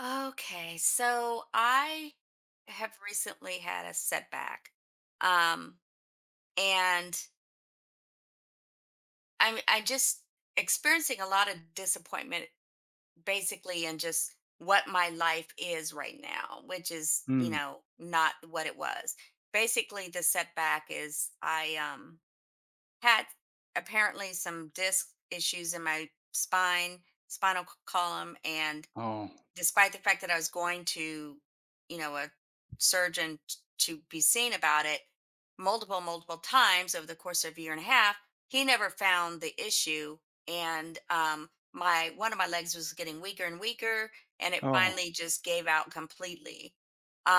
Okay, so I have recently had a setback. Um, and I'm I just experiencing a lot of disappointment basically in just what my life is right now, which is, Mm. Not what it was. Basically, the setback is I had apparently some disc issues in my spine, column, and Oh. despite the fact that I was going to, a to be seen about it multiple times over the course of a year and a half, he never found the issue. And my one of my legs was getting weaker and weaker, and it Oh. finally just gave out completely.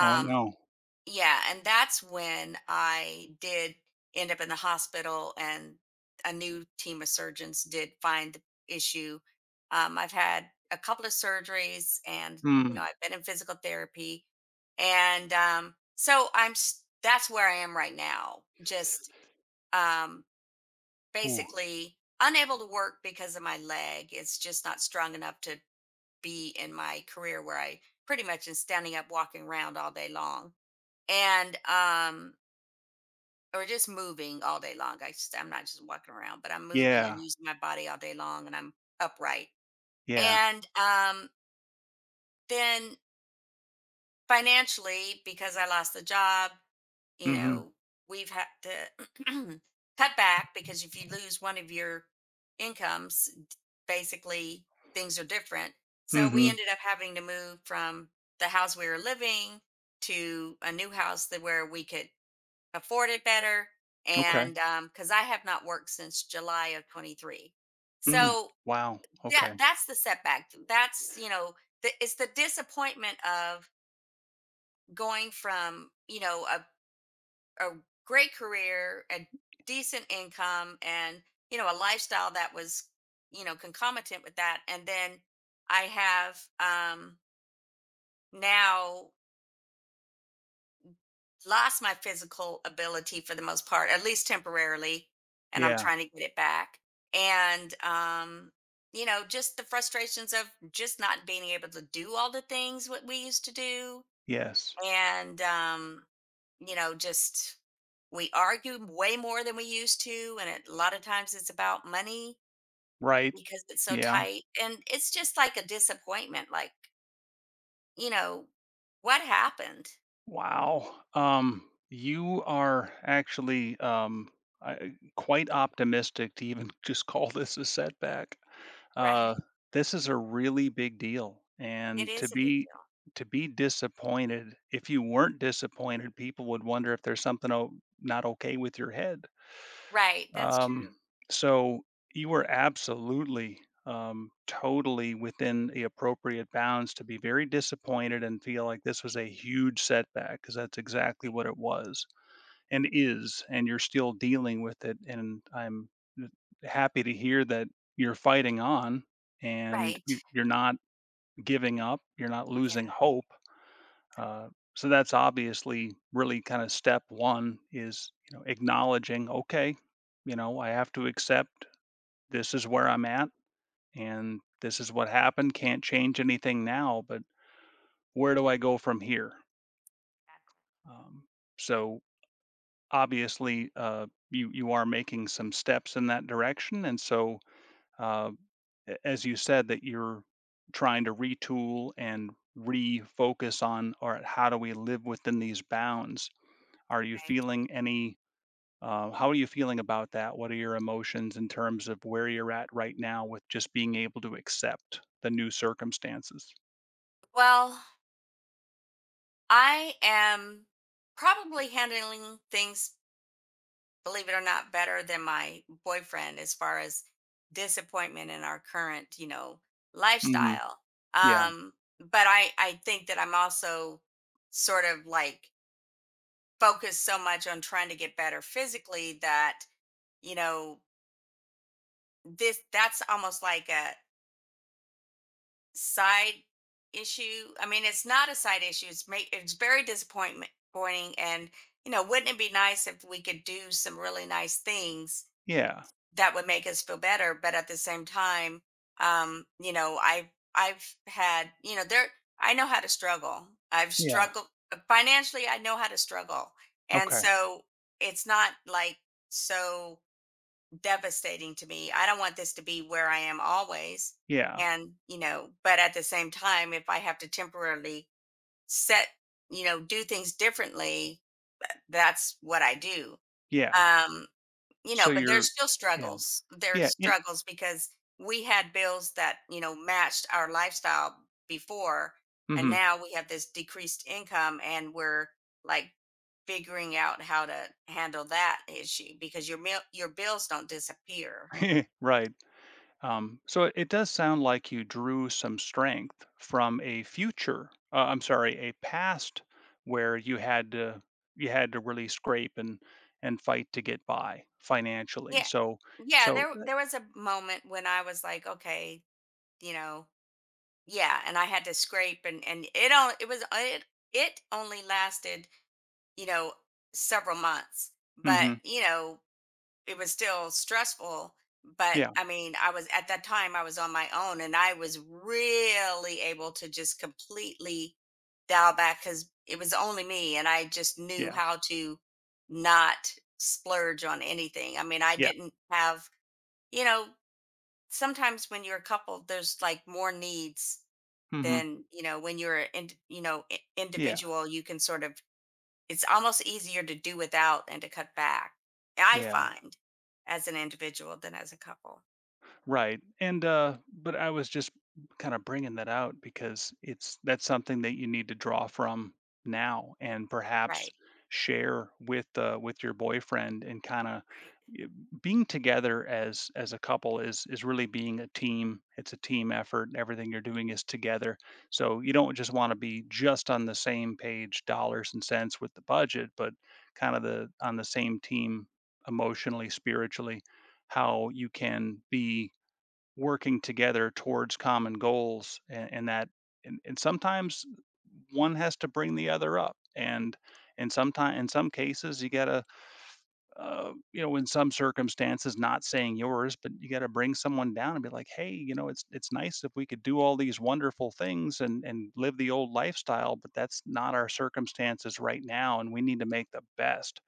Oh, no. yeah, and that's when I did end up in the hospital, and a new team of surgeons did find the issue. I've had a couple of surgeries, and Mm. I've been in physical therapy, and that's where I am right now. Just um, Ooh. basically unable to work because of my leg. It's just not strong enough to be in my career where I pretty much am standing up, walking around all day long and or just moving all day long. I'm not just walking around, but I'm moving and Yeah. using my body all day long and I'm upright. Yeah. And Then financially, because I lost the job, you Mhm. know, we've had to cut back because if you lose one of your incomes, basically things are different. So we Mhm. ended up having to move from the house we were living to a new house that where we could afford it better Okay. and because I have not worked since July of 23, Mm. so Wow. Okay. that's the setback. That's you know the, It's the disappointment of going from a great career, a decent income, and a lifestyle that was concomitant with that. And then I have now lost my physical ability for the most part, at least temporarily, and I'm Yeah. trying to get it back. And You know, just the frustrations of just not being able to do all the things what we used to do, Yes. and you know, just we argue way more than we used to, and a lot of times it's about money Right. because it's so Yeah. tight, and it's just like a disappointment. You know, what happened? Wow. You are actually quite optimistic to even just call this a setback. Right? Uh, this is a really big deal, It and to is a big be deal. Disappointed, if you weren't disappointed, people would wonder if there's something not okay with your head. Right? That's Um, true. so you were absolutely, totally within the appropriate bounds to be very disappointed and feel like this was a huge setback, because that's exactly Right. what it was and is, and you're still dealing with it. And I'm happy to hear that you're fighting on, and Right. You're not giving up, you're not losing Yeah. hope. Uh, so that's obviously really kind of step one, is acknowledging, okay, I have to accept, this is where I'm at, and this is what happened. Can't change anything now, but where do I go from here? Exactly. Um, so obviously, you are making some steps in that direction, and so uh, as you said, that you're trying to retool and refocus on, or how do we live within these bounds? Are you Right. feeling any— how are you feeling about that? What are your emotions in terms of where you're at right now with just being able to accept the new circumstances? Well, I am probably handling things, believe it or not, better than my boyfriend as far as disappointment in our current, Hmm. lifestyle. Yeah. Um, but I think that I'm also sort of like focused so much on trying to get better physically that, you know, this that's almost like a side issue. I mean, it's not a side issue. It's very disappointment pointing and wouldn't it be nice if we could do some really nice things Yeah. that would make us feel better, but at the same time, you know, I've had, there I know how to struggle. I've Yeah. struggled financially, I know how to struggle. And Okay. so it's not like so devastating to me. I don't want this to be where I am always. Yeah. And, but at the same time, if I have to temporarily set, do things differently, that's what I do. Yeah. Um, you know, So but you're— there's still yeah, struggles. There's yeah. It— struggles because we had bills that, matched our lifestyle before. And mhm. now we have this decreased income and we're like figuring out how to handle that issue because your meal, your bills don't disappear. Right. So it does sound like you drew some strength from a future— I'm sorry, a past, where you had to really scrape and fight to get by financially. Yeah. So Yeah, so there uh, there was a moment when I was like, okay, you know, yeah, and I had to scrape and it was it only lasted, you know, several months. But, Mhm. It was still stressful, but Yeah. I mean, I was at that time I was on my own and I was really able to just completely dial back cuz it was only me and I just knew Yeah. how to not splurge on anything. I mean, I Yeah. didn't have you know, sometimes when you're a couple, there's like more needs Mhm. than, when you're in, Yeah. individual, you can sort of, it's almost easier to do without and to cut back. I Yeah. find as an individual than as a couple. Right. And but I was just kind of bringing that out, because it's that's something that you need to draw from now, and perhaps Right. share with your boyfriend. And kind of Right. being together as a couple is really being a team. It's a team effort. Everything you're doing is together, so you don't just want to be just on the same page, dollars and cents with the budget, but kind of the on the same team emotionally, spiritually, how you can be working together towards common goals, and that, and sometimes one has to bring the other up, and sometimes in some cases you gotta, in some circumstances— not saying yours— but you gotta bring someone down and be like, hey, it's nice if we could do all these wonderful things and live the old lifestyle, but that's not our circumstances right now and we need to make the best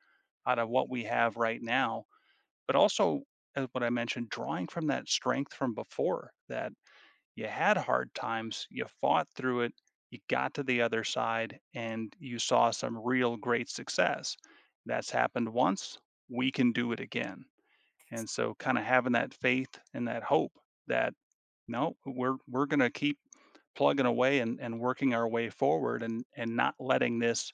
out of what we have right now. But also, as what I mentioned, drawing from that strength from before, that you had hard times, you fought through it, you got to the other side, and you saw some real great success. That's happened once, we can do it again. Ex- And so kind of having that faith and that hope that, no, we're gonna keep plugging away, and working our way forward, and not letting this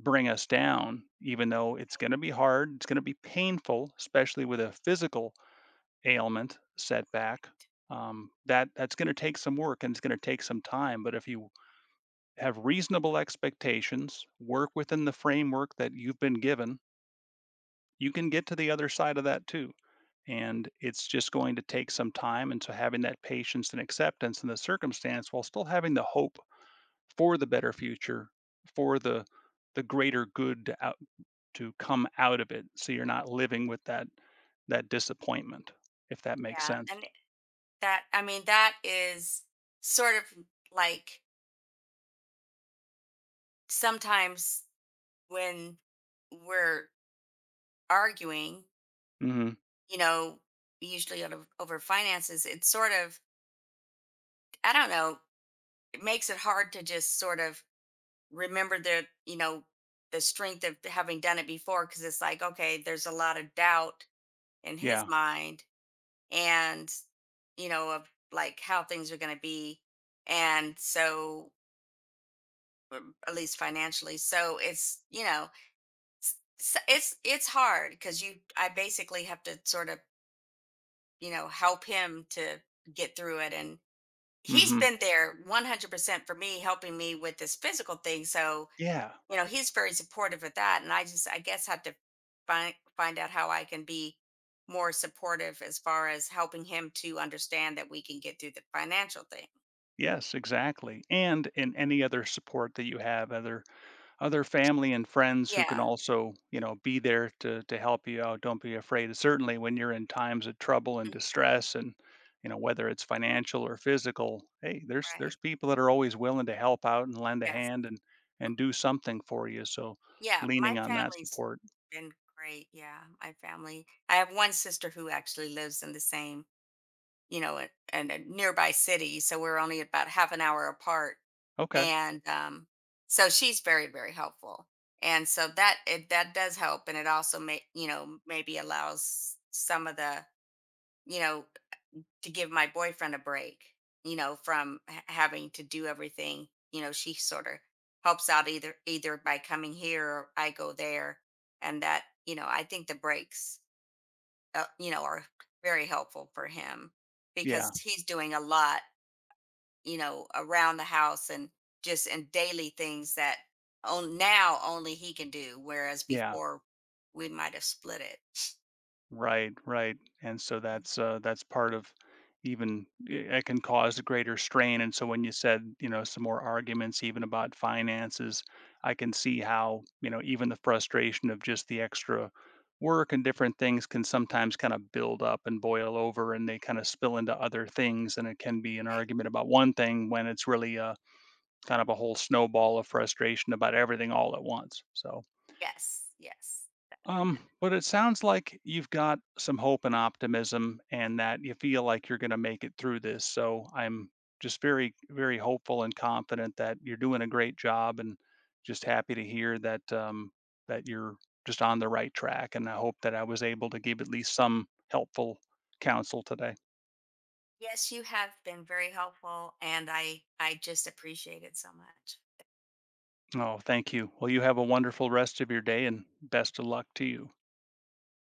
bring us down. Even though it's gonna be hard, it's gonna be painful, especially with a physical ailment, setback, that's going to take some work and it's going to take some time. But if you have reasonable expectations, work within the framework that you've been given, you can get to the other side of that too. And it's just going to take some time. And so, having that patience and acceptance in the circumstance while still having the hope for the better future, for the greater good to out to come out of it. So you're not living with that disappointment, if that makes Yeah. sense. And that, I mean, that is sort of like sometimes when we're arguing, Hmm. you know, usually over finances, it's sort of, I don't know, it makes it hard to just sort of remember the the strength of having done it before because it's like okay there's a lot of doubt in his Yeah. mind and of like how things are going to be, and so at least financially, so it's it's hard because you I basically have to sort of help him to get through it, and he's Mhm. been there 100% for me helping me with this physical thing. So Yeah. He's very supportive of that. And I just, I guess, have to find out how I can be more supportive as far as helping him to understand that we can get through the financial thing. Yes, exactly. And in any other support that you have, other family and friends who can Yeah. also be there to help you out. Don't be afraid. Certainly when you're in times of trouble and Mm. distress, and whether it's financial or physical, hey, there's Right. people that are always willing to help out and lend a Yes. hand and do something for you. So, Yeah. My leaning on that family's support. been great. Yeah. My family. I have one sister who actually lives in the same and a nearby city. So we're only about half an hour apart. Okay. And So she's very, very helpful. And so that it, that does help. And it also may, maybe allows some of the, you know, to give my boyfriend a break, having to do everything, she sort of helps out either, either by coming here or I go there. And that, I think the breaks are very helpful for him because Yeah. he's doing a lot, around the house and just in daily things that on now only he can do, whereas Yeah. before we might have split it. Right, right, and so that's— part of— even it can cause greater strain. And so when you said some more arguments even about finances, I can see how even the frustration of just the extra work and different things can sometimes kinda build up and boil over, and they kinda spill into other things, and it can be an Right. argument about one thing when it's really, a kind of a whole snowball of frustration about everything all at once. So Yes, yes, but it sounds like you've got some hope and optimism, and that you feel like you're going to make it through this. So I'm just very, very hopeful and confident that you're doing a great job, and just happy to hear that that you're just on the right track. And I hope that I was able to give at least some helpful counsel today. yes. You have been very helpful, and I just appreciate it so much. Oh, thank you. Well, you have a wonderful rest of your day and best of luck to you.